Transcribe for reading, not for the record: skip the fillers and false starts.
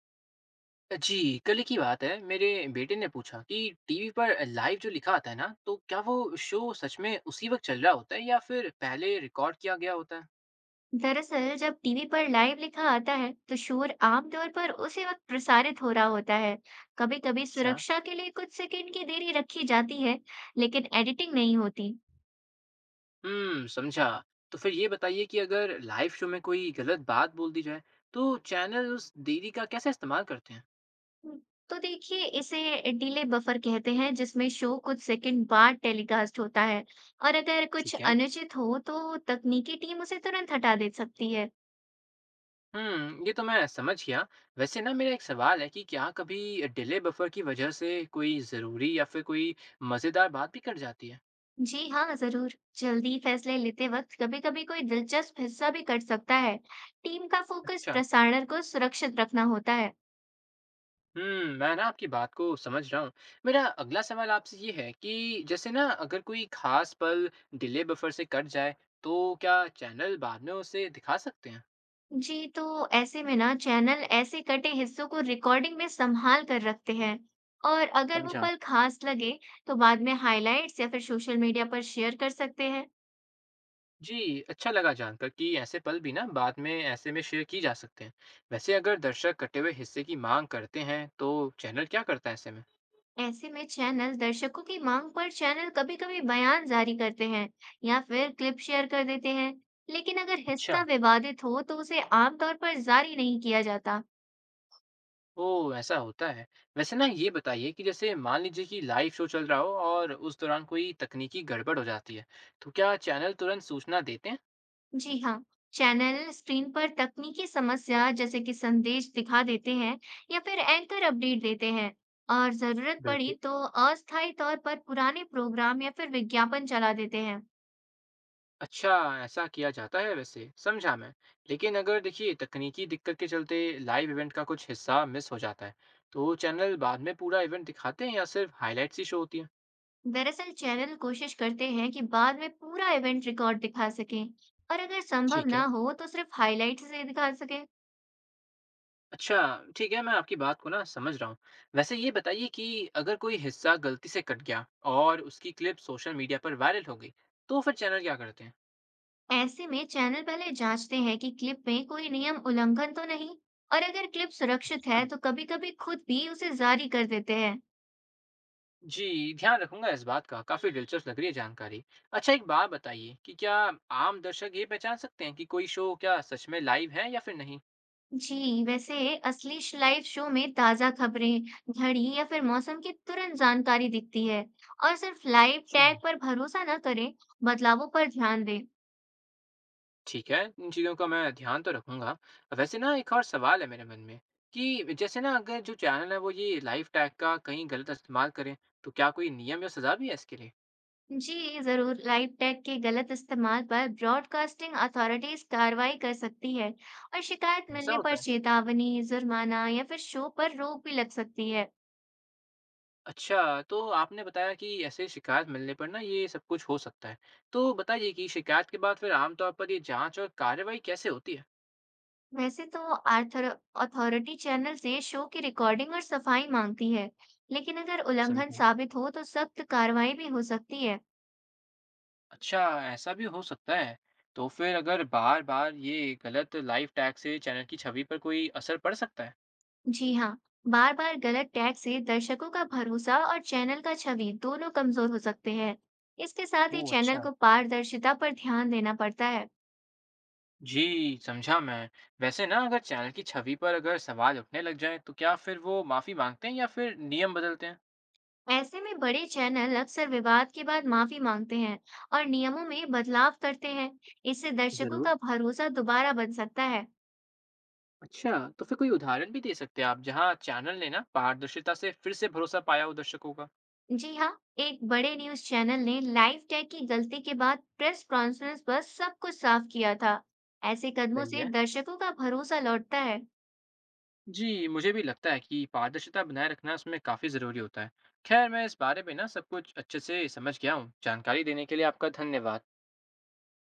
जी, कल ही की बात है। मेरे बेटे ने पूछा कि टीवी पर लाइव जो लिखा आता है ना, तो क्या वो शो सच में उसी वक्त चल रहा होता है या फिर पहले रिकॉर्ड किया गया होता है? दरअसल जब टीवी पर लाइव लिखा आता है तो शोर आमतौर पर उसी वक्त प्रसारित हो रहा होता है। कभी कभी अच्छा। सुरक्षा के लिए कुछ सेकंड की देरी रखी जाती है, लेकिन एडिटिंग नहीं होती। समझा। तो फिर ये बताइए कि अगर लाइव शो में कोई गलत बात बोल दी जाए, तो चैनल उस देरी का कैसे इस्तेमाल करते हैं? हम्म, तो देखिए, इसे डिले बफर कहते हैं, जिसमें शो कुछ सेकंड बाद टेलीकास्ट होता है। और अगर कुछ ठीक है। अनुचित हो तो तकनीकी टीम उसे तुरंत हटा दे सकती है। ये तो मैं समझ गया। वैसे ना मेरा एक सवाल है कि क्या कभी डिले बफर की वजह से कोई ज़रूरी या फिर कोई मज़ेदार बात भी कट जाती है? जी हाँ, जरूर। जल्दी फैसले लेते वक्त कभी-कभी कोई दिलचस्प हिस्सा भी कट सकता है। टीम का फोकस अच्छा। प्रसारण को सुरक्षित रखना होता है। मैं ना आपकी बात को समझ रहा हूँ। मेरा अगला सवाल आपसे ये है कि जैसे ना अगर कोई खास पल डिले बफर से कट जाए तो क्या चैनल बाद में उसे दिखा सकते हैं। जी, तो ऐसे में ना चैनल ऐसे कटे हिस्सों को रिकॉर्डिंग में संभाल कर रखते हैं। और अगर वो समझा। पल खास लगे तो बाद में हाइलाइट्स या फिर सोशल मीडिया पर शेयर कर सकते हैं। जी, अच्छा लगा जानकर कि ऐसे पल भी ना बाद में ऐसे में शेयर की जा सकते हैं। वैसे अगर दर्शक कटे हुए हिस्से की मांग करते हैं तो चैनल क्या करता है ऐसे में। ऐसे में चैनल दर्शकों की मांग पर चैनल कभी-कभी बयान जारी करते हैं, या फिर क्लिप शेयर कर देते हैं। लेकिन अगर अच्छा। हिस्सा विवादित हो तो उसे आमतौर पर जारी नहीं किया जाता। ओ, ऐसा होता है। वैसे ना ये बताइए कि जैसे मान लीजिए कि लाइव शो चल रहा हो और उस दौरान कोई तकनीकी गड़बड़ हो जाती है, तो क्या चैनल तुरंत सूचना देते हैं? जी हाँ। चैनल स्क्रीन पर तकनीकी समस्या जैसे कि संदेश दिखा देते हैं, या फिर एंकर अपडेट देते हैं। और जरूरत पड़ी बिल्कुल। तो अस्थायी तौर पर पुराने प्रोग्राम या फिर विज्ञापन चला देते हैं। अच्छा, ऐसा किया जाता है वैसे, समझा मैं। लेकिन अगर देखिए तकनीकी दिक्कत के चलते लाइव इवेंट का कुछ हिस्सा मिस हो जाता है, तो चैनल बाद में पूरा इवेंट दिखाते हैं या सिर्फ हाइलाइट्स ही शो होती हैं? दरअसल चैनल कोशिश करते हैं कि बाद में पूरा इवेंट रिकॉर्ड दिखा सकें, और अगर संभव ठीक है। ना हो तो सिर्फ हाइलाइट से दिखा सकें। अच्छा, ठीक है, मैं आपकी बात को ना समझ रहा हूँ। वैसे ये बताइए कि अगर कोई हिस्सा गलती से कट गया और उसकी क्लिप सोशल मीडिया पर वायरल हो गई, तो फिर चैनल क्या करते ऐसे में चैनल पहले जांचते हैं कि क्लिप में कोई नियम उल्लंघन तो नहीं, और अगर क्लिप सुरक्षित हैं? है तो कभी-कभी खुद भी उसे जारी कर देते हैं। जी, ध्यान रखूंगा इस बात का। काफ़ी दिलचस्प लग रही है जानकारी। अच्छा एक बात बताइए कि क्या आम दर्शक ये पहचान सकते हैं कि कोई शो क्या सच में लाइव है या फिर नहीं? जी, वैसे असली लाइव शो में ताजा खबरें, घड़ी या फिर मौसम की तुरंत जानकारी दिखती है। और सिर्फ लाइव जी। टैग पर भरोसा न करें, बदलावों पर ध्यान दें। ठीक है, इन चीज़ों का मैं ध्यान तो रखूंगा। वैसे ना एक और सवाल है मेरे मन में कि जैसे ना अगर जो चैनल है वो ये लाइव टैग का कहीं गलत इस्तेमाल करें, तो क्या कोई नियम या सज़ा भी है इसके लिए? जी जरूर, लाइव टैग के गलत इस्तेमाल पर ब्रॉडकास्टिंग अथॉरिटीज कार्रवाई कर सकती है। और शिकायत ऐसा मिलने होता पर है? चेतावनी, जुर्माना या फिर शो पर रोक भी लग सकती है। अच्छा, तो आपने बताया कि ऐसे शिकायत मिलने पर ना ये सब कुछ हो सकता है। तो बताइए कि शिकायत के बाद फिर आम तौर पर ये जाँच और कार्रवाई कैसे होती है? वैसे तो आर्थर अथॉरिटी चैनल से शो की रिकॉर्डिंग और सफाई मांगती है, लेकिन अगर उल्लंघन समझा। साबित हो तो सख्त कार्रवाई भी हो सकती है। अच्छा, ऐसा भी हो सकता है। तो फिर अगर बार बार ये गलत लाइव टैग से चैनल की छवि पर कोई असर पड़ सकता है? जी हाँ, बार बार गलत टैग से दर्शकों का भरोसा और चैनल का छवि दोनों कमजोर हो सकते हैं। इसके साथ ही ओह, चैनल अच्छा। को पारदर्शिता पर ध्यान देना पड़ता है। जी, समझा मैं। वैसे ना अगर चैनल की छवि पर अगर सवाल उठने लग जाए तो क्या फिर वो माफी मांगते हैं या फिर नियम बदलते हैं? ऐसे में बड़े चैनल अक्सर विवाद के बाद माफी मांगते हैं और नियमों में बदलाव करते हैं। इससे दर्शकों जरूर। का भरोसा दोबारा बन सकता है। अच्छा, तो फिर कोई उदाहरण भी दे सकते हैं आप जहाँ चैनल ने ना पारदर्शिता से फिर से भरोसा पाया हो दर्शकों का? जी हाँ, एक बड़े न्यूज़ चैनल ने लाइव टैग की गलती के बाद प्रेस कॉन्फ्रेंस पर सब कुछ साफ किया था। ऐसे कदमों सही से है। दर्शकों का भरोसा लौटता है। जी, मुझे भी लगता है कि पारदर्शिता बनाए रखना इसमें काफ़ी ज़रूरी होता है। खैर, मैं इस बारे में ना सब कुछ अच्छे से समझ गया हूँ। जानकारी देने के लिए आपका धन्यवाद।